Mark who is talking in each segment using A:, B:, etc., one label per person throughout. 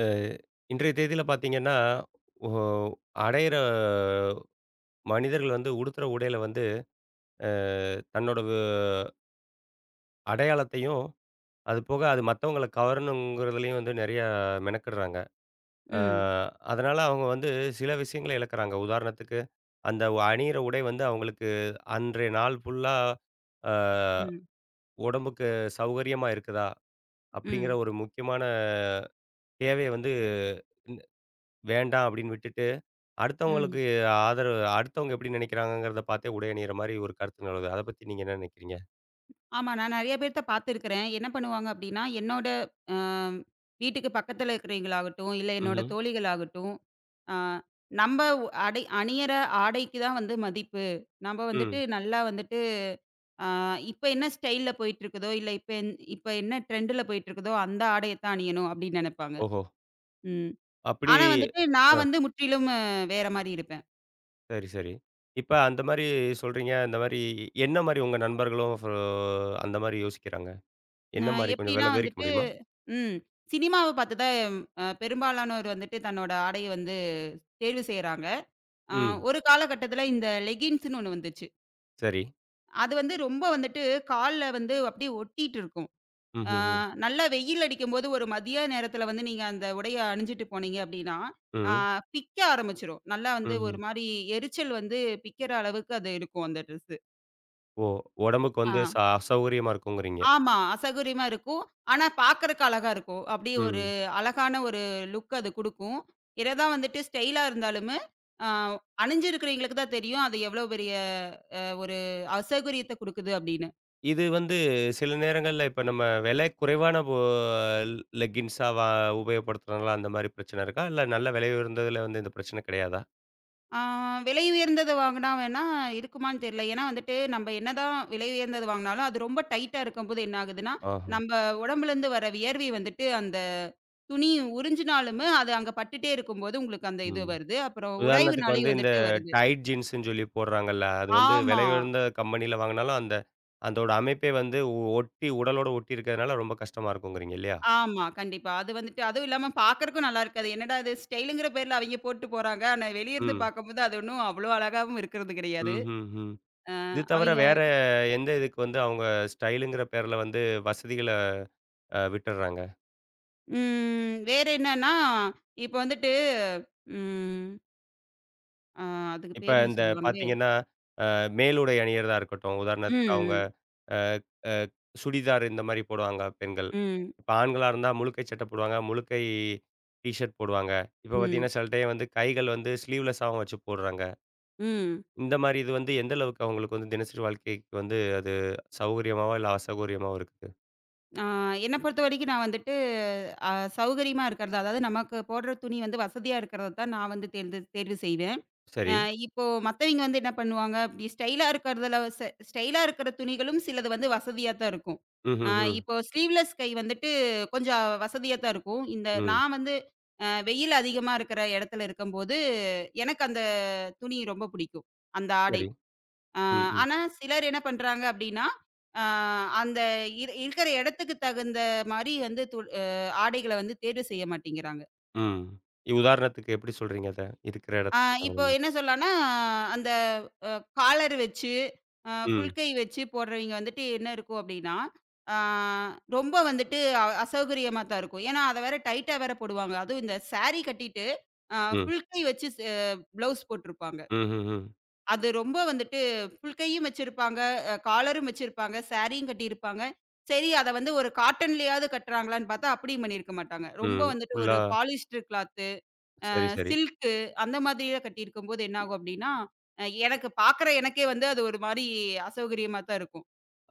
A: அ இன்றைய தேதியில பார்த்தீங்கன்னா, ஒ அடையிற மனிதர்கள் வந்து உடுத்துற உடையில வந்து, அ தன்னோட அடையாளத்தையும், அது போக அது மத்தவங்கள கவரணுங்கிறதுலயும் வந்து நெறைய மெனக்கிடுறாங்க. அ
B: ம்,
A: அதனால அவங்க வந்து சில விஷயங்கள இழக்குறாங்க. உதாரணத்துக்கு, அந்த அணியிற உடை வந்து அவங்களுக்கு அன்றைய நாள் ஃபுல்லா அ
B: ம்,
A: உடம்புக்கு சௌகரியமா இருக்குதா? அப்படிங்கிற
B: ம்,
A: ஒரு முக்கியமான தேவைய வந்து, "ந வேண்டாம்" அப்படின்னு விட்டுட்டு
B: ம்.
A: அடுத்தவங்களுக்கு ஆதரவு அடுத்தவங்க எப்படி நினைக்கிறாங்கங்கிறத பார்த்தே உடை அணியிற மாரி ஒரு கருத்து நிலவுது. அத பத்தி நீங்க என்ன நினைக்கிறீங்க?
B: ஆமா. நான் நெறைய பேர்த்த பார்த்துருக்கிறேன். என்ன பண்ணுவாங்க அப்டின்னா, என்னோட அ வீட்டுக்கு பக்கத்துல இருக்கிறவைங்களாகட்டும், இல்ல என்னோட
A: ம்ஹ்ம்.
B: தோழிகளாகட்டும், அ "நம்ப அணியிற ஆடைக்கு தான் வந்து மதிப்பு. நம்ப வந்துட்டு
A: ம்.
B: நல்லா வந்துட்டு அ இப்ப என்ன ஸ்டைல்ல போயிட்டுருக்குதோ, இல்ல இப்ப என்ன ட்ரெண்டுல போயிட்டுருக்குதோ, அந்த ஆடைய தான் அணியணும்." அப்டின்னு நெனைப்பாங்க.
A: ஓஹோ!
B: ம்.
A: அப்படி
B: ஆனா வந்துட்டு நான்
A: ஆ
B: வந்து முற்றிலும் வேற மாரி இருப்பேன்.
A: சரி, சரி. இப்ப அந்த மாரி சொல்றீங்க. இந்த மாரி என்ன மாரி உங்க நண்பர்களும் அந்த மாரி யோசிக்கிறாங்க? என்ன
B: அ
A: மாரி கொஞ்சம்
B: எப்படின்னா
A: வெல விவரிக்க
B: வந்துட்டு
A: முடியுமா?
B: ம். சினிமாவ பார்த்து தான் பெரும்பாலானோர் வந்துட்டு தன்னோட ஆடைய வந்து தேர்வு செய்றாங்க. அ
A: ம்.
B: ஒரு காலகட்டத்தில இந்த லெகின்ஸ்ன்னு ஒண்ணு வந்துச்சு.
A: சரி.
B: அது வந்து ரொம்ப வந்துட்டு கால்ல வந்து அப்படியே ஒட்டிட்டு இருக்கும். அ
A: ம்ஹ்ஹ்ம்.
B: நல்லா வெயில் அடிக்கும்போது ஒரு மதிய நேரத்தில வந்து நீங்க அந்த உடைய அணிஞ்சுட்டு போனீங்க அப்படின்னா, அ
A: ம்.
B: பிக்க ஆரம்பிச்சுரும். நல்லா வந்து
A: ம்ஹ்ம்.
B: ஒரு மாரி எரிச்சல் வந்து பிக்கிற அளவுக்கு அது இருக்கும் அந்த ட்ரெஸ்ஸு.
A: ஓ! உடம்புக்கு
B: ஆ.
A: வந்து அசௌகரியமா இருக்குங்கிறீங்க.
B: ஆமா. அசௌகரியமா இருக்கும். ஆனா பார்க்கறக்கு அழகா இருக்கும். அப்படி ஒரு
A: ம்.
B: அழகான ஒரு லுக் அது குடுக்கும். என்னதான் வந்துட்டு ஸ்டைலா இருந்தாலுமே, அ அணிஞ்சிருக்கிறவங்களுக்கு தான் தெரியும். அது எவ்வளோ பெரிய ஒரு அசௌகரியத்த குடுக்குது அப்படின்னு.
A: இது வந்து சில நேரங்கள்ல இப்ப நம்ம விலை குறைவான லெக்கின்ஸா உபயோகப்படுத்துறனால அந்த மாரி பிரச்சனை இருக்கா? இல்ல நல்ல விலை உயர்ந்ததுல வந்து இந்த பிரச்சனை கிடையாதா?
B: ஆ விலை உயர்ந்தது வாங்குனா வேணா இருக்குமான்னு தெரியல. ஏன்னா வந்துட்டு நம்ம என்னதான் விலை உயர்ந்தது வாங்குனாலும், அது ரொம்ப டைட்டா இருக்கும்போது என்ன ஆகுதுன்னா,
A: ஆஹா.
B: நம்ம உடம்புலேருந்து வர வியர்வை வந்துட்டு அந்த துணி உறிஞ்சினாலுமே, அது அங்க பட்டுட்டே இருக்கும்போது உங்களுக்கு அந்த இது
A: ம்.
B: வருது. அப்புறம்
A: உதாரணத்துக்கு வந்து
B: உராய்வுனாலேயும்
A: இந்த
B: வந்துட்டு வருது.
A: டைட் ஜீன்ஸ்ன்னு சொல்லி போடுறாங்கல்ல. அது வந்து
B: ஆமா.
A: விலை உயர்ந்த கம்பெனியில வாங்குனாலும் அந்த அதோட அமைப்பே வந்து ஒட்டி உடலோட ஒட்டி இருக்கிறதுனால ரொம்ப கஷ்டமா இருக்குங்கிறீங்க இல்லையா?
B: ஆமா, கண்டிப்பா. அது வந்துட்டு அதுவும் இல்லாம பார்க்கறக்கும் நல்லா இருக்காது. என்னடா இது ஸ்டைலுங்கிற பேர்ல அவைங்க போட்டு போறாங்க. ஆனா வெளிய இருந்து
A: ம்.
B: பார்க்கும்போது அது ஒண்ணும் அவ்ளோ அழகாவும் இருக்கிறது கிடையாது.
A: ம்ஹ்ஹ்ம். இது தவிர
B: அவைங்க
A: வேற எந்த இதுக்கு வந்து அவங்க ஸ்டைலுங்கிற பேர்ல வந்து வசதிகள விட்டுர்றாங்க?
B: ம் வேற என்னன்னா, இப்ப வந்துட்டு ம் அ அதுக்கு
A: இப்ப
B: பேர் என்ன
A: இந்த
B: சொல்லுவாங்களே?
A: பார்த்தீங்கன்னா, அ மேலுடை அணியிறதா இருக்கட்டும். உதாரணத்துக்கு அவங்க
B: ம்,
A: அ அ சுடிதார் இந்த மாரி போடுவாங்க பெண்கள்.
B: ம்,
A: இப்ப ஆண்களா இருந்தா முழுக்கை சட்டை போடுவாங்க. முழுக்கை டீ ஷர்ட் போடுவாங்க. இப்ப
B: ம்,
A: பார்த்தீங்கன்னா, சில டைம் வந்து கைகள் வந்து ஸ்லீவ்லெஸ்ஸாவும் வச்சு போடுறாங்க.
B: ம்.
A: இந்த மாரி இது வந்து எந்த அளவுக்கு அவங்களுக்கு வந்து தினசரி வாழ்க்கைக்கு வந்து அது சௌகரியமாவோ, இல்ல அசௌகரியமாவோ இருக்குது?
B: ஆ என்ன பொறுத்தவரைக்கும் நான் வந்துட்டு அ சௌகரியமா இருக்கிறது. அதாவது நமக்கு போடுற துணி வந்து வசதியா இருக்கிறத தான் நான் வந்து தேர்ந்து தேர்வு செய்வேன். அ
A: சரி.
B: இப்போ மத்தவங்க வந்து என்ன பண்ணுவாங்க, அப்படி ஸ்டைலா இருக்கிறதுல ஸ்டைலா இருக்கிற துணிகளும் சிலது வந்து வசதியா தான் இருக்கும். அ
A: ம்ஹ்ம், ம்.
B: இப்போ ஸ்லீவ்லெஸ் கை வந்துட்டு கொஞ்சம் வசதியா தான் இருக்கும். இந்த
A: ம். ம்
B: நான் வந்து வெயில் அதிகமா இருக்கிற இடத்துல இருக்கும்போது, எனக்கு அந்த துணி ரொம்ப பிடிக்கும். அந்த ஆடை.
A: சரி.
B: அ
A: ம், ம்.
B: ஆனா சிலர் என்ன பண்றாங்க அப்படின்னா, அ அந்த இருக்கிற இடத்துக்கு தகுந்த மாரி வந்து து அ ஆடைகள வந்து தேர்வு செய்ய மாட்டேங்கிறாங்க.
A: ம். உதாரணத்துக்கு எப்படி சொல்றீங்க அத? இருக்கிற
B: ஆ
A: இடத்துக்கு தகுந்த
B: இப்போ
A: மாதிரி?
B: என்ன சொல்லலாம்னா, அந்த அ காலர் வச்சு, ஃபுல்
A: ம்.
B: கை வச்சு போடுறவைங்க வந்துட்டு என்ன இருக்கும் அப்டின்னா, ஆ ரொம்ப வந்துட்டு அசௌகரியமா தான் இருக்கும். ஏன்னா, அத வேற டைட்டா வேற போடுவாங்க. அதுவும் இந்த சாரி கட்டிட்டு,
A: ம்.
B: ஃபுல் கை வச்சு ப்ளவுஸ் போட்டிருப்பாங்க.
A: ம்ஹ்ம், ம்.
B: அது ரொம்ப வந்துட்டு ஃபுல் கையும் வச்சிருப்பாங்க, காலரும் வச்சிருப்பாங்க, சாரியும் கட்டியிருப்பாங்க. சரி, அத வந்து ஒரு காட்டன்லயாவது கட்டுறாங்களான்னு பார்த்தா, அப்படியும் பண்ணியிருக்க மாட்டாங்க.
A: ம்.
B: ரொம்ப
A: ம்
B: வந்துட்டு ஒரு
A: ஃபுல்லா
B: பாலிஸ்டர் கிளாத்
A: சரி, சரி.
B: சில்க்கு அந்த மாதிரியே கட்டியிருக்கும்போது என்ன ஆகும் அப்டின்னா, எனக்கு பாக்குற எனக்கே வந்து அது ஒரு மாரி அசௌகரியமா தான் இருக்கும்.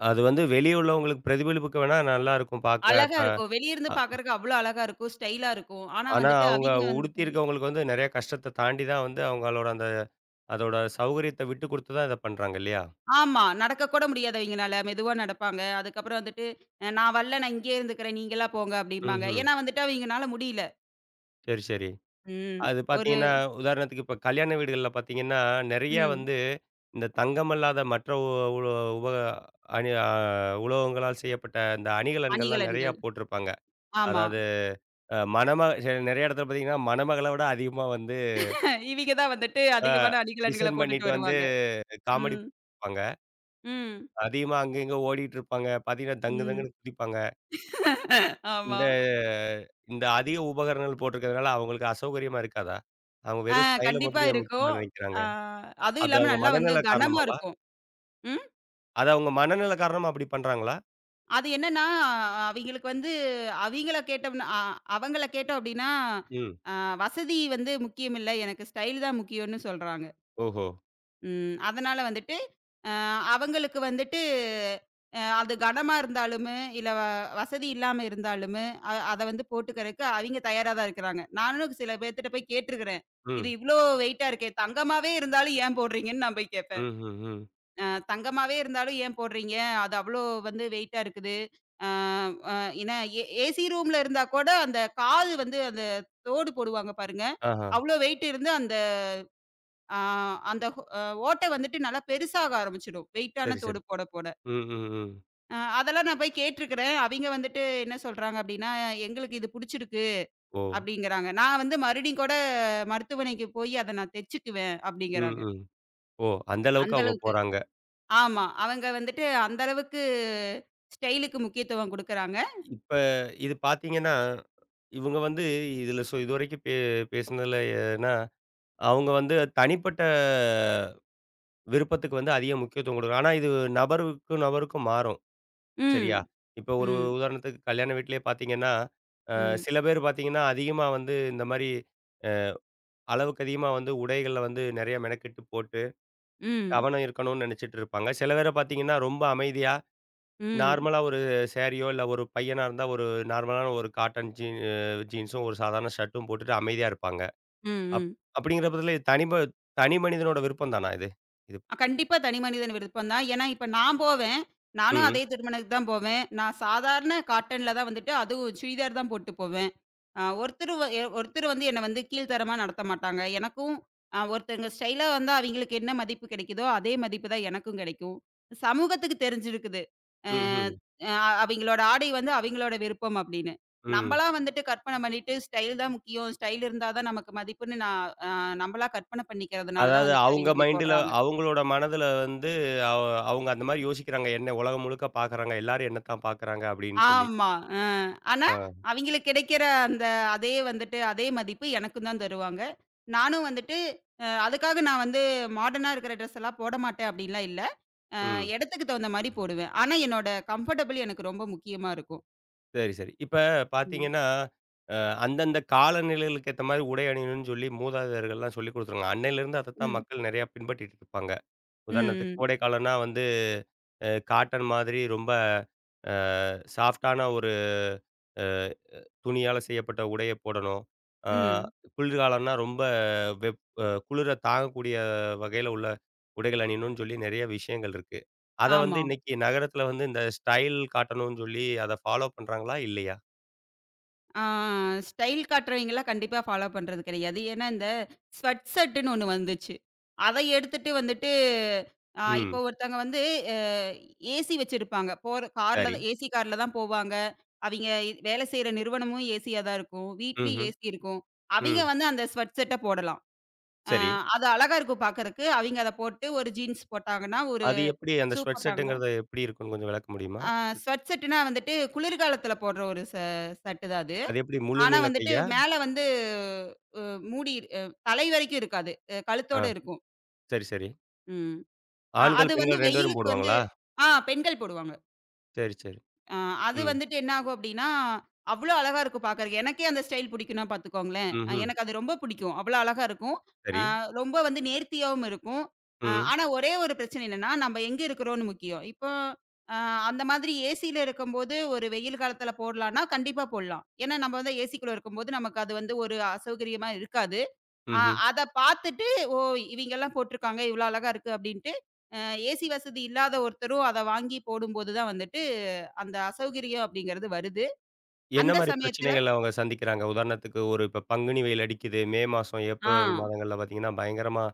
A: அது வந்து வெளிய உள்ளவங்களுக்கு பிரதிபலிப்புக்கு வேணா நல்லாருக்கும் பாக்க.
B: அழகா
A: அ
B: இருக்கும். வெளியிருந்து பாக்குறக்கு அவ்ளோ அழகா இருக்கும். ஸ்டைலா இருக்கும். ஆனா
A: ஆனா
B: வந்துட்டு
A: அவங்க
B: அவிங்க வந்துட்டு
A: உடுத்தியிருக்கவங்களுக்கு வந்து நெறைய கஷ்டத்த தாண்டி தான் வந்து அவங்களோட அந்த அதோட சௌகரியத்த விட்டு குடுத்து தான் இத பண்றாங்க இல்லையா?
B: ஆமா. நடக்க கூட முடியாது அவிங்கனால. மெதுவா நடப்பாங்க. அதுக்கப்புறம் வந்துட்டு, நான் வரல. நான் இங்கேயே இருந்துக்கிறேன். நீங்களா போங்க" அப்டிம்பாங்க.
A: ம்ஹ்ம்.
B: ஏன்னா வந்துட்டு அவிங்கனால முடியல.
A: சரி, சரி.
B: ம்.
A: அது
B: ஒரு
A: பாத்தீங்கன்னா, உதாரணத்துக்கு இப்ப கல்யாண வீடுகள்ல பாத்தீங்கன்னா, நெறைய
B: ம்.
A: வந்து இந்த தங்கம் அல்லாத மற்ற உ உ உப அணி அ உலோகங்களால் செய்யப்பட்ட இந்த அணிகலன்கள்லாம் நெறையா
B: அணிகலன்கள்.
A: போட்டிருப்பாங்க.
B: ஆமா.
A: அதாவது அ மணமக நெறைய இடத்துல பாத்தீங்கன்னா, மணமகள விட அதிகமா வந்து
B: இவிங்க தான் வந்துட்டு
A: அ
B: அதிகமான அணிகலன்கள
A: டிசைன்
B: போட்டுட்டு
A: பண்ணிட்டு வந்து
B: வருவாங்க.
A: காமெடி
B: ம்.
A: பார்ப்பாங்க.
B: ம்.
A: அதிகமா அங்க இங்க ஓடிட்டு இருப்பாங்க. பார்த்தீங்கன்னா, தங்கு
B: ம்.
A: தங்குன்னு குதிப்பாங்க.
B: ஆமா.
A: இந்த இந்த அதிக உபகரணங்கள் போட்டிருக்கிறதுனால அவங்களுக்கு அசௌகரியமா இருக்காதா? அவங்க வெறும் ஸ்டைல
B: கண்டிப்பா
A: மட்டும் தான் ஏன்
B: இருக்கும்.
A: முக்கியமா நினைக்கிறாங்க?
B: ஆ அதுவும்
A: அது
B: இல்லாம
A: அவங்க
B: நல்லா வந்து
A: மனநல
B: கனமா
A: காரணமாவா?
B: இருக்கும். ம்.
A: அது அவங்க மனநல காரணமா அப்படி பண்றாங்களா?
B: அது என்னன்னா, அவிங்களுக்கு வந்து அவிங்கள கேட்டோம்னா அ அவங்கள கேட்டோம் அப்டின்னா,
A: ம்.
B: அ வசதி வந்து முக்கியம் இல்ல. எனக்கு ஸ்டைல் தான் முக்கியம்னு சொல்றாங்க.
A: ஓஹோ!
B: ம். அதனால வந்துட்டு, அ அவங்களுக்கு வந்துட்டு அது கனமா இருந்தாலுமே, இல்ல வசதி இல்லாம இருந்தாலுமே, அத வந்து போட்டுக்கறக்கு அவிங்க தயாரா தான் இருக்கிறாங்க. நானும் சில பேத்துட்ட போய் கேட்டுருக்கிறேன். இது
A: ம்.
B: இவ்ளோ வெயிட்டா இருக்கே! தங்கமாவே இருந்தாலும் ஏன் போடுறீங்கன்னு நான் போய் கேட்பேன்.
A: ம்ஹ்ம், ம். ம்.
B: தங்கமாவே இருந்தாலும் ஏன் போடுறீங்க? அது அவ்ளோ வந்து வெயிட்டா இருக்குது. அ அ என்ன ஏ ஏசி ரூம்ல இருந்தா கூட அந்த காது வந்து அந்த தோடு போடுவாங்க பாருங்க.
A: ஆஹா.
B: அவ்ளோ வெயிட் இருந்து அந்த அ அந்த ஹோ அ ஓட்டை வந்துட்டு நல்லா பெருசாக ஆரம்பிச்சுடும். வெயிட்டான
A: சரி, சரி.
B: தோடு போட போட.
A: ம், ம், ம்.
B: அதெல்லாம் நான் போய் கேட்டுருக்கிறேன். அவிங்க வந்துட்டு என்ன சொல்றாங்க அப்டின்னா, "எங்களுக்கு இது புடிச்சிருக்கு"
A: ஓ!
B: அப்டிங்கிறாங்க. நான் வந்து மறுபடியும் கூட மருத்துவமனைக்கு போய் அத நான் தச்சுக்குவேன்
A: ம்,
B: அப்டிங்கிறாங்க.
A: ம். ஓ! அந்த அளவுக்கு
B: அந்த
A: அவங்க
B: அளவுக்கு.
A: போறாங்க.
B: ஆமா. அவங்க வந்துட்டு அந்த அளவுக்கு ஸ்டைலுக்கு முக்கியத்துவம் குடுக்குறாங்க.
A: இப்ப இது பார்த்தீங்கன்னா, இவங்க வந்து இதுல சோ இதுவரைக்கும் பேசினதுலனா அவங்க வந்து தனிப்பட்ட விருப்பத்துக்கு வந்து அதிக முக்கியத்துவம் கொடுக்குறாங்க. ஆனா இது நபருக்கும் நபருக்கும் மாறும்.
B: ம்.
A: சரியா? இப்போ ஒரு
B: ம்.
A: உதாரணத்துக்கு கல்யாண வீட்லயே பார்த்தீங்கன்னா, அ
B: ம்.
A: சில பேர் பார்த்தீங்கன்னா, அதிகமா வந்து இந்த மாரி அளவுக்கு அதிகமா வந்து உடைகள்ல வந்து நெறைய மெனக்கெட்டு போட்டு,
B: ம்.
A: கவனம் இருக்கணும்னு நெனைச்சிட்டு இருப்பாங்க. சில பேர பார்த்தீங்கன்னா, ரொம்ப அமைதியா
B: ம்.
A: நார்மலா ஒரு சேரியோ, இல்ல ஒரு பையனா இருந்தா ஒரு நார்மலான ஒரு காட்டன் ஜீன்ஸும் ஒரு சாதாரண ஷர்ட்டும் போட்டுட்டு அமைதியா இருப்பாங்க.
B: ம்.
A: அப்
B: ம்.
A: அப்படிங்கிற பட்சத்தில இது தனி மனிதனோட விருப்பம் தானா இது? இது
B: அ, கண்டிப்பா தனி மனிதன் விருப்பம் தான். ஏன்னா, இப்ப நான் போவேன். நானும்
A: ம்.
B: அதே திருமணத்துக்கு தான் போவேன். நான் சாதாரண காட்டன்ல தான் வந்துட்டு அதுவும் சுடிதார் தான் போட்டு போவேன். ஆ ஒருத்தரு வ எ ஒருத்தர் வந்து என்ன வந்து கீழ்த்தரமா நடத்த மாட்டாங்க. எனக்கும் ஒருத்தங்க ஸ்டைலா வந்தா அவங்களுக்கு என்ன மதிப்பு கிடைக்குதோ, அதே மதிப்பு தான் எனக்கும் கிடைக்கும். சமூகத்துக்கு தெரிஞ்சிருக்குது. அ
A: ம்ஹ்ம்.
B: அ அவிங்களோட ஆடை வந்து அவிங்களோட விருப்பம் அப்படின்னு.
A: ம்.
B: நம்பளா வந்துட்டு கற்பனை பண்ணிட்டு ஸ்டைல் தான் முக்கியம். ஸ்டைல் இருந்தா தான் நமக்கு மதிப்புன்னு நான் அ நம்பளா கற்பனை பண்ணிக்கிறதுனால தான்
A: அதாவது
B: வந்துட்டு
A: அவுங்க
B: அவிங்க இப்டி
A: மைண்டுல
B: போடுறாங்க.
A: அவுங்களோட மனதுல வந்து அவ அவுங்க அந்த மாரி யோசிக்கிறாங்க. என்ன உலகம் முழுக்க பார்க்குறாங்க. எல்லாரும் என்ன தான் பார்க்குறாங்க அப்டின்னு சொல்லி.
B: ஆமா. அ. ஆனா,
A: ஆ.
B: அவிங்களுக்கு கிடைக்கிற அந்த அதே வந்துட்டு, அதே மதிப்பு எனக்கும் தான் தருவாங்க. நானும் வந்துட்டு அதுக்காக நான் வந்து மாடர்னா இருக்கிற ட்ரெஸ் எல்லாம் போட மாட்டேன் அப்டின்லாம் இல்ல.
A: ம்.
B: இடத்துக்கு தகுந்த மாரி போடுவேன். ஆனா, என்னோட கம்ஃபர்டபிள் எனக்கு ரொம்ப முக்கியமா இருக்கும்.
A: சரி, சரி. இப்ப
B: ம்.
A: பார்த்தீங்கன்னா, அ அந்தந்த காலநிலைகளுக்கு ஏத்த மாரி உடை அணியணும்னு சொல்லி மூதாதையர்கள்லாம் சொல்லிக் குடுத்துருக்காங்க. அன்னையிலேருந்து அதத்தான்
B: ம்.
A: மக்கள் நெறையா பின்பற்றிட்டு இருப்பாங்க.
B: ம்.
A: உதாரணத்துக்கு
B: ம்.
A: கோடை காலம்னா வந்து காட்டன் மாதிரி ரொம்ப அ சாஃப்ட்டான ஒரு அ துணியால செய்யப்பட்ட உடைய போடணும். ஆ
B: ம்.
A: குளிர்காலம்னா ரொம்ப வெப் அ குளிர தாங்கக்கூடிய வகையில உள்ள உடைகள் அணியணும்னு சொல்லி நெறைய விஷயங்கள் இருக்கு. அத வந்து
B: ஆமா.
A: இன்னைக்கு நகரத்தில வந்து இந்த ஸ்டைல் காட்டணும்னு சொல்லி அத ஃபாலோ பண்றாங்களா? இல்லையா?
B: ஆ ஸ்டைல் காட்டுறவங்கலாம் கண்டிப்பா ஃபாலோ பண்றது கிடையாது. ஏன்னா, இந்த ஸ்வெட் ஷர்ட்டுன்னு ஒண்ணு வந்துச்சு. அத எடுத்துட்டு வந்துட்டு இப்போ
A: ம்.
B: ஒருத்தவங்க வந்து அ ஏசி வச்சிருப்பாங்க. போற கார்ல
A: சரி.
B: தான் ஏசி கார்ல தான் போவாங்க. அவிங்க வேலை செய்ற நிறுவனமும் ஏசியா தான் இருக்கும். வீட்லயும்
A: ம்ஹ்ம்.
B: ஏசி இருக்கும். அவிங்க
A: ம்.
B: வந்து அந்த ஸ்வெட் ஷர்ட்ட போடலாம். அ
A: சரி.
B: அது அழகா இருக்கும் பார்க்கறக்கு. அவிங்க அத போட்டு ஒரு ஜீன்ஸ் போட்டாங்கன்னா, ஒரு
A: அது எப்படி அந்த
B: ஷூ
A: ஸ்வெட்
B: போட்டாங்கன்னா,
A: ஷர்ட்டுங்கிறது எப்படி இருக்கும்னு கொஞ்சம் விளக்க முடியுமா?
B: அ ஸ்வெட் ஷர்ட்டுனா வந்துட்டு குளிர்காலத்துல போடுற ஒரு ஷர்ட்டு தான் அது.
A: அது எப்படி முழு
B: ஆனா
A: நீள
B: வந்துட்டு
A: கையா?
B: மேல வந்து அ மூடி தலை வரைக்கும் இருக்காது.
A: ஆ
B: கழுத்தோட இருக்கும்.
A: சரி, சரி.
B: ம்.
A: ஆண்கள்,
B: அது வந்து
A: பெண்கள் 2 பேரும்
B: வெயிலுக்கு வந்து
A: போடுவாங்களா?
B: பெண்கள் போடுவாங்க.
A: சரி, சரி.
B: ஆ அது
A: ம்.
B: வந்துட்டு என்ன ஆகும் அப்டின்னா, அவ்ளோ அழகா இருக்கும் பாக்கறக்கு. எனக்கே அந்த ஸ்டைல் பிடிக்கும்னா பாத்துக்கோங்களேன்.
A: ம்ஹ்ம்.
B: எனக்கு அது ரொம்ப பிடிக்கும். அவ்ளோ அழகா இருக்கும். ஆ
A: சரி.
B: ரொம்ப வந்து நேர்த்தியாவும் இருக்கும்.
A: ம்.
B: ஆனா ஒரே ஒரு பிரச்சனை என்னன்னா, நம்ம எங்க இருக்கிறோம்னு முக்கியம். இப்போ அ அந்த மாதிரி ஏசில இருக்கும்போது ஒரு வெயில் காலத்துல போடலான்னா, கண்டிப்பா போடலாம். ஏன்னா நம்ம வந்து ஏசிக்குள்ள இருக்கும்போது நமக்கு அது வந்து ஒரு அசௌகரியமா இருக்காது. ஆ
A: ம்ஹ்ம்.
B: அத பாத்துட்டு, ஓ! இவைங்கலாம் போட்டுருக்காங்க, இவ்ளோ அழகா இருக்கு அப்டின்ட்டு, அ ஏசி வசதி இல்லாத ஒருத்தரும் அத வாங்கி போடும்போது தான் வந்துட்டு, அந்த அசௌகரியம் அப்படிங்கிறது வருது.
A: என்ன
B: அந்த
A: மாரி
B: சமயத்துல
A: பிரச்சனைகள் அவங்க சந்திக்கிறாங்க? உதாரணத்துக்கு ஒரு இப்ப பங்குனி வெயில் அடிக்குது. மே மாசம்,
B: ஆ,
A: ஏப்ரல் மாதங்கள்ல பார்த்தீங்கன்னா, பயங்கரமா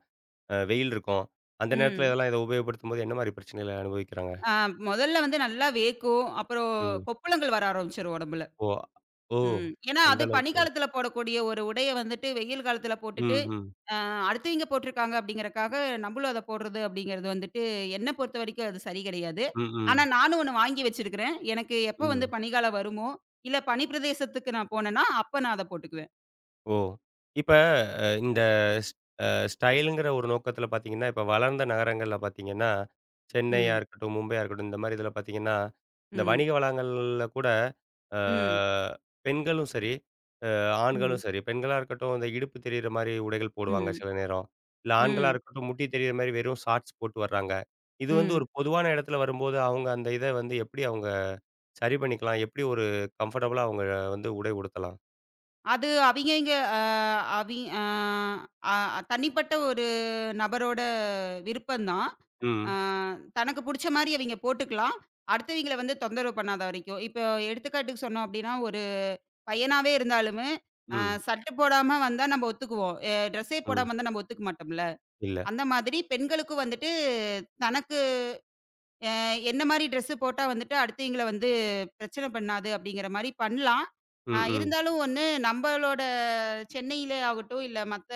A: வெயில் இருக்கும். அந்த நேரத்துல
B: ம்.
A: இதெல்லாம் இத உபயோகப்படுத்தும்போது என்ன மாரி பிரச்சனைகள அனுபவிக்கிறாங்க?
B: ஆ முதல்ல வந்து நல்லா வேக்கும். அப்புறம்
A: ம்.
B: கொப்புளங்கள் வர ஆரம்பிச்சுரும் உடம்புல.
A: ஓ! ஓ!
B: ம். ஏன்னா,
A: அந்த
B: அது
A: அளவுக்கு.
B: பனிக்காலத்துல போடக்கூடிய ஒரு உடைய வந்துட்டு வெயில் காலத்துல
A: ம்,
B: போட்டுட்டு,
A: ம்.
B: அ அடுத்தவங்க போட்டிருக்காங்க அப்படிங்கிறக்காக நம்மளும் அத போடுறது அப்படிங்கிறது வந்துட்டு என்ன பொறுத்தவரைக்கும் அது சரி கிடையாது.
A: ம்,
B: ஆனா
A: ம்.
B: நானும் ஒண்ணு வாங்கி வச்சிருக்கிறேன். எனக்கு எப்ப வந்து
A: ம்.
B: பனிக்காலம் வருமோ, இல்ல பனி பிரதேசத்துக்கு நான் போனேன்னா, அப்ப நான் அத போட்டுக்குவேன்.
A: ஓ! இப்ப இந்த ஸ் அ ஸ்டைலுங்கிற ஒரு நோக்கத்துல பார்த்தீங்கன்னா, இப்ப வளர்ந்த நகரங்கள்ல பார்த்தீங்கன்னா, சென்னையா
B: ம்.
A: இருக்கட்டும், மும்பையா இருக்கட்டும், இந்த மாரி இதுல பார்த்தீங்கன்னா, இந்த
B: ம்.
A: வணிக வளாகங்கள்ல கூட அ
B: ம்.
A: பெண்களும் சரி ஆண்களும்
B: ம்.
A: சரி, பெண்களா இருக்கட்டும், இந்த இடுப்பு தெரியிற மாரி உடைகள் போடுவாங்க
B: ம்.
A: சில நேரம். இல்ல ஆண்களா
B: ம்.
A: இருக்கட்டும், முட்டி தெரியிற மாரி வெறும் ஷார்ட்ஸ் போட்டு வர்றாங்க. இது வந்து
B: ம்.
A: ஒரு பொதுவான இடத்துல வரும்போது, அவங்க அந்த இத வந்து எப்படி அவங்க சரி பண்ணிக்கலாம்? எப்படி ஒரு கம்ஃபர்டபுளா அவங்க வந்து உடை உடுத்தலாம்?
B: அது அவிங்கவிங்க அ அவி அ அ தனிப்பட்ட ஒரு நபரோட விருப்பம் தான். அ
A: ம்.
B: தனக்கு புடிச்ச மாரி அவிங்க போட்டுக்கலாம். அடுத்தவிங்கள வந்து தொந்தரவு பண்ணாத வரைக்கும். இப்போ எடுத்துக்காட்டுக்கு சொன்னோம் அப்டின்னா, ஒரு பையனாவே இருந்தாலுமே, அ
A: ம்.
B: சர்ட் போடாம வந்தா நம்ம ஒத்துக்குவோம். ட்ரெஸ்ஸே
A: ம்.
B: போடாம வந்தா நம்ம ஒத்துக்க மாட்டோம்ல.
A: இல்ல.
B: அந்த மாதிரி பெண்களுக்கும் வந்துட்டு தனக்கு அ என்ன மாரி ட்ரெஸ்ஸு போட்டா வந்துட்டு அடுத்தவிங்கள வந்து பிரச்சனை பண்ணாது அப்படிங்கிற மாரி பண்ணலாம்.
A: ம். ம்.
B: இருந்தாலும் ஒண்ணு நம்பளோட சென்னையில ஆகட்டும், இல்ல மத்த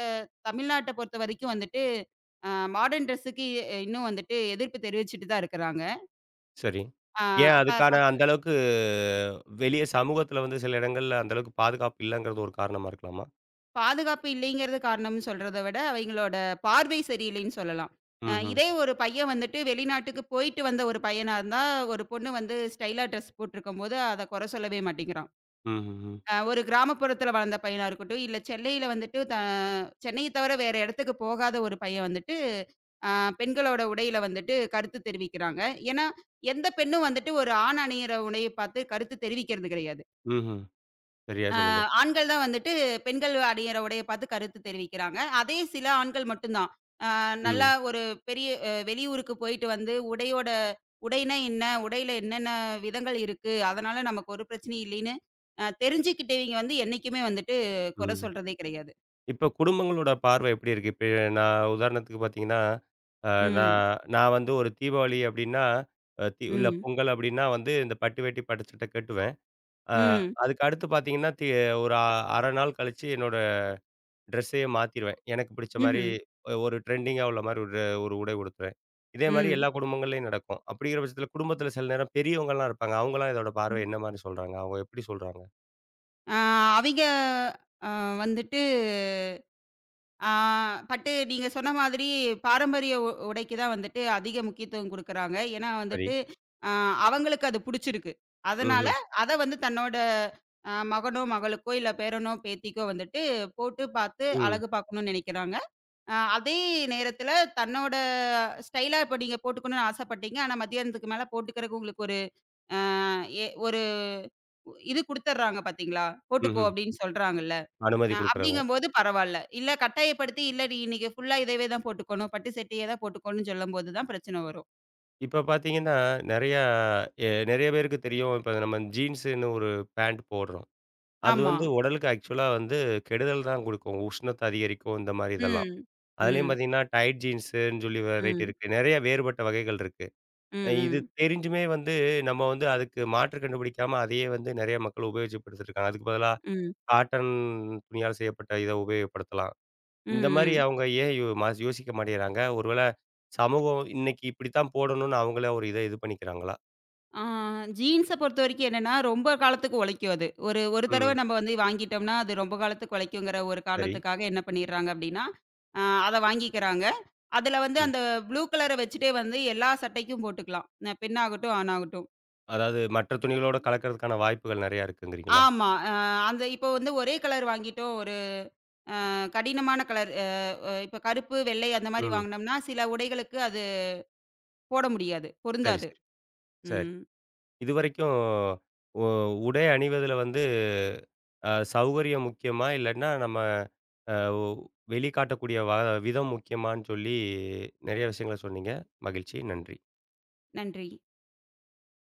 B: தமிழ்நாட்ட பொறுத்த வரைக்கும் வந்துட்டு, அ மாடர்ன் ட்ரெஸ்ஸுக்கு இன்னும் வந்துட்டு எதிர்ப்பு தெரிவிச்சுட்டு தான் இருக்கிறாங்க.
A: சரி.
B: ஆ
A: ஏன்
B: ப
A: அதுக்கான
B: பஸ்
A: அந்த அளவுக்கு வெளிய சமூகத்துல வந்து சில இடங்கள்ல அந்த அளவுக்கு பாதுகாப்பு இல்லங்கிறது ஒரு காரணமா இருக்கலாமா?
B: பாதுகாப்பு இல்லைங்கிறது காரணம்னு சொல்றத விட, அவைங்களோட பார்வை சரியில்லைன்னு சொல்லலாம்.
A: ம்ஹ்ம்.
B: இதே ஒரு பையன் வந்துட்டு வெளிநாட்டுக்கு போயிட்டு வந்த ஒரு பையனா இருந்தா, ஒரு பொண்ணு வந்து ஸ்டைலா ட்ரெஸ் போட்டிருக்கும்போது, அத குறை சொல்லவே மாட்டேங்கிறான்.
A: ம்ஹ்ஹ்ம்.
B: ஒரு கிராமப்புறத்துல வளர்ந்த பையனா இருக்கட்டும், இல்ல சென்னையில வந்துட்டு சென்னைய தவிர வேற இடத்துக்கு போகாத ஒரு பையன் வந்துட்டு, அ பெண்களோட உடையில வந்துட்டு கருத்து தெரிவிக்கிறாங்க. ஏன்னா, எந்த பெண்ணும் வந்துட்டு ஒரு ஆண் அணியிற உடைய பார்த்து கருத்து தெரிவிக்கிறது கிடையாது.
A: ம்ஹ்ம். சரியா
B: அ
A: சொன்னீங்க.
B: ஆண்கள் தான் வந்துட்டு பெண்கள் அணியிற உடைய பார்த்து கருத்து தெரிவிக்கிறாங்க. அதே சில ஆண்கள் மட்டும் தான். அ நல்லா
A: ம்.
B: ஒரு பெரிய வெளியூருக்கு போயிட்டு வந்து உடையோட உடைனா என்ன? உடையில என்னென்ன விதங்கள் இருக்கு? அதனால நமக்கு ஒரு பிரச்சனையும் இல்லைன்னு தெரிஞ்சுக்கிட்டவங்க வந்து என்னைக்குமே வந்துட்டு குறை
A: ம்.
B: சொல்றதே கிடையாது.
A: இப்ப குடும்பங்களோட பார்வை எப்படி இருக்கு? இப்ப நான் உதாரணத்துக்கு பார்த்தீங்கன்னா, அ
B: ம்.
A: நான் நான் வந்து ஒரு தீபாவளி அப்படின்னா, அ தி இல்ல
B: ம்.
A: பொங்கல் அப்படின்னா வந்து இந்த பட்டு வேட்டி, பட்டு சட்டை கட்டுவேன். அ
B: ம்.
A: அதுக்கு அடுத்து பார்த்தீங்கன்னா, ஒரு அரை நாள் கழிச்சு என்னோட ட்ரெஸ்ஸையே மாத்திருவேன். எனக்கு பிடிச்ச மாரி
B: ம்ஹ்ம்.
A: ஒரு ட்ரெண்டிங்கா உள்ள மாரி ஒரு ஒரு உடை உடுத்துவேன். இதே மாரி
B: ம்.
A: எல்லா குடும்பங்கள்லயும் நடக்கும். அப்படிங்கிற பட்சத்தில குடும்பத்தில சில நேரம் பெரியவங்கலாம் இருப்பாங்க. அவங்கலாம் இதோட பார்வை என்ன மாரி சொல்றாங்க? அவங்க எப்படி சொல்றாங்க?
B: அ அவிங்க அ வந்துட்டு ஆ பட்டு நீங்க சொன்ன மாதிரி பாரம்பரிய உடைக்கு தான் வந்துட்டு அதிக முக்கியத்துவம் குடுக்குறாங்க. ஏன்னா
A: சரி.
B: வந்துட்டு, அ அவங்களுக்கு அது புடிச்சிருக்கு. அதனால
A: ம்ஹ்ம்.
B: அத வந்து தன்னோட மகனோ, மகளுக்கோ இல்ல பேரனோ, பேத்திக்கோ வந்துட்டு போட்டு பார்த்து
A: ம்.
B: அழகு பார்க்கணும்னு நெனைக்கிறாங்க. அதே நேரத்தில தன்னோட ஸ்டைலா இப்ப நீங்க போட்டுக்கணும்னு ஆசைப்பட்டீங்க. ஆனா மத்தியானத்துக்கு மேல போட்டுக்கிறக்கு உங்களுக்கு ஒரு ஒரு இது குடுத்துர்றாங்க பார்த்தீங்களா? போட்டுக்கோ
A: ம்ஹ்ம்.
B: அப்படின்னு சொல்றாங்கல்ல.
A: அனுமதி குடுக்குறாங்க.
B: அப்படிங்கும்போது பரவால்ல. இல்ல கட்டாயப்படுத்தி, இல்லடி இன்னைக்கு ஃபுல்லா இதவே தான் போட்டுக்கணும். பட்டு சட்டையே தான் போட்டுக்கணும்னு சொல்லும்போது தான் பிரச்சனை வரும்.
A: இப்ப பார்த்தீங்கன்னா, நெறையா நெறைய பேருக்கு தெரியும். இப்ப நம்ம ஜீன்ஸுன்னு ஒரு பேண்ட் போடுறோம். அது
B: ஆமா.
A: வந்து உடலுக்கு ஆக்சுவலா வந்து கெடுதல் தான் குடுக்கும். உஷ்ணத்த அதிகரிக்கும் இந்த மாரி இதெல்லாம்.
B: ம்.
A: அதுலயும்
B: ம்.
A: பார்த்தீங்கன்னா, டைட் ஜீன்ஸுன்னு சொல்லி வெரைட்டி
B: ம்.
A: இருக்கு. நெறைய வேறுபட்ட வகைகள் இருக்கு.
B: ம்.
A: இது
B: ம்.
A: தெரிஞ்சுமே வந்து நம்ம வந்து அதுக்கு மாற்று கண்டுபிடிக்காம அதையே வந்து நெறைய மக்கள் உபயோகிச்சுப்படுத்திட்டு இருக்காங்க. அதுக்கு பதிலா
B: ம்.
A: காட்டன் துணியால் செய்யப்பட்ட இத உபயோகப்படுத்தலாம்.
B: ம்.
A: இந்த மாரி
B: ம்.
A: அவங்க ஏன் யோ ம யோசிக்க மாட்டேங்கிறாங்க? ஒருவேள சமூகம் இன்னைக்கு இப்படித்தான் போடணும்னு அவங்களே ஒரு இத இது பண்ணிக்கிறாங்களா?
B: ஆ ஜீன்ஸ பொறுத்தவரைக்கும் என்னன்னா, ரொம்ப காலத்துக்கு உழைக்கும் அது. ஒரு ஒரு தடவை
A: ம்.
B: நம்ம வந்து வாங்கிட்டோம்னா, அது ரொம்ப காலத்துக்கு உழைக்குங்கிற ஒரு
A: சரி.
B: காரணத்துக்காக என்ன பண்ணிடுறாங்க அப்படின்னா, அ அத வாங்கிக்கிறாங்க. அதுல வந்து
A: ம்.
B: அந்த ப்ளூ கலர வச்சுட்டே வந்து எல்லா சட்டைக்கும் போட்டுக்கலாம். பெண்ணாகட்டும், ஆணாகட்டும்.
A: அதாவது மற்ற துணிகளோட கலக்கிறதுக்கான வாய்ப்புகள் நெறையா இருக்குங்கிறீங்களா?
B: ஆமா. அந்த இப்போ வந்து ஒரே கலர் வாங்கிட்டோம். கடினமான கலர் அ அ இப்ப கருப்பு, வெள்ளை அந்த மாரி
A: ம்.
B: வாங்குனோம்னா, சில உடைகளுக்கு அது போட முடியாது.
A: சரி,
B: பொருந்தாது.
A: சரி, சரி.
B: ம்.
A: இதுவரைக்கும் உ உடை அணிவதில வந்து சௌகரியம் முக்கியமா? இல்லன்னா நம்ம அ உ வெளிக்காட்டக்கூடிய விதம் முக்கியமான்னு சொல்லி நெறைய விஷயங்கள சொன்னீங்க. மகிழ்ச்சி. நன்றி.
B: நன்றி.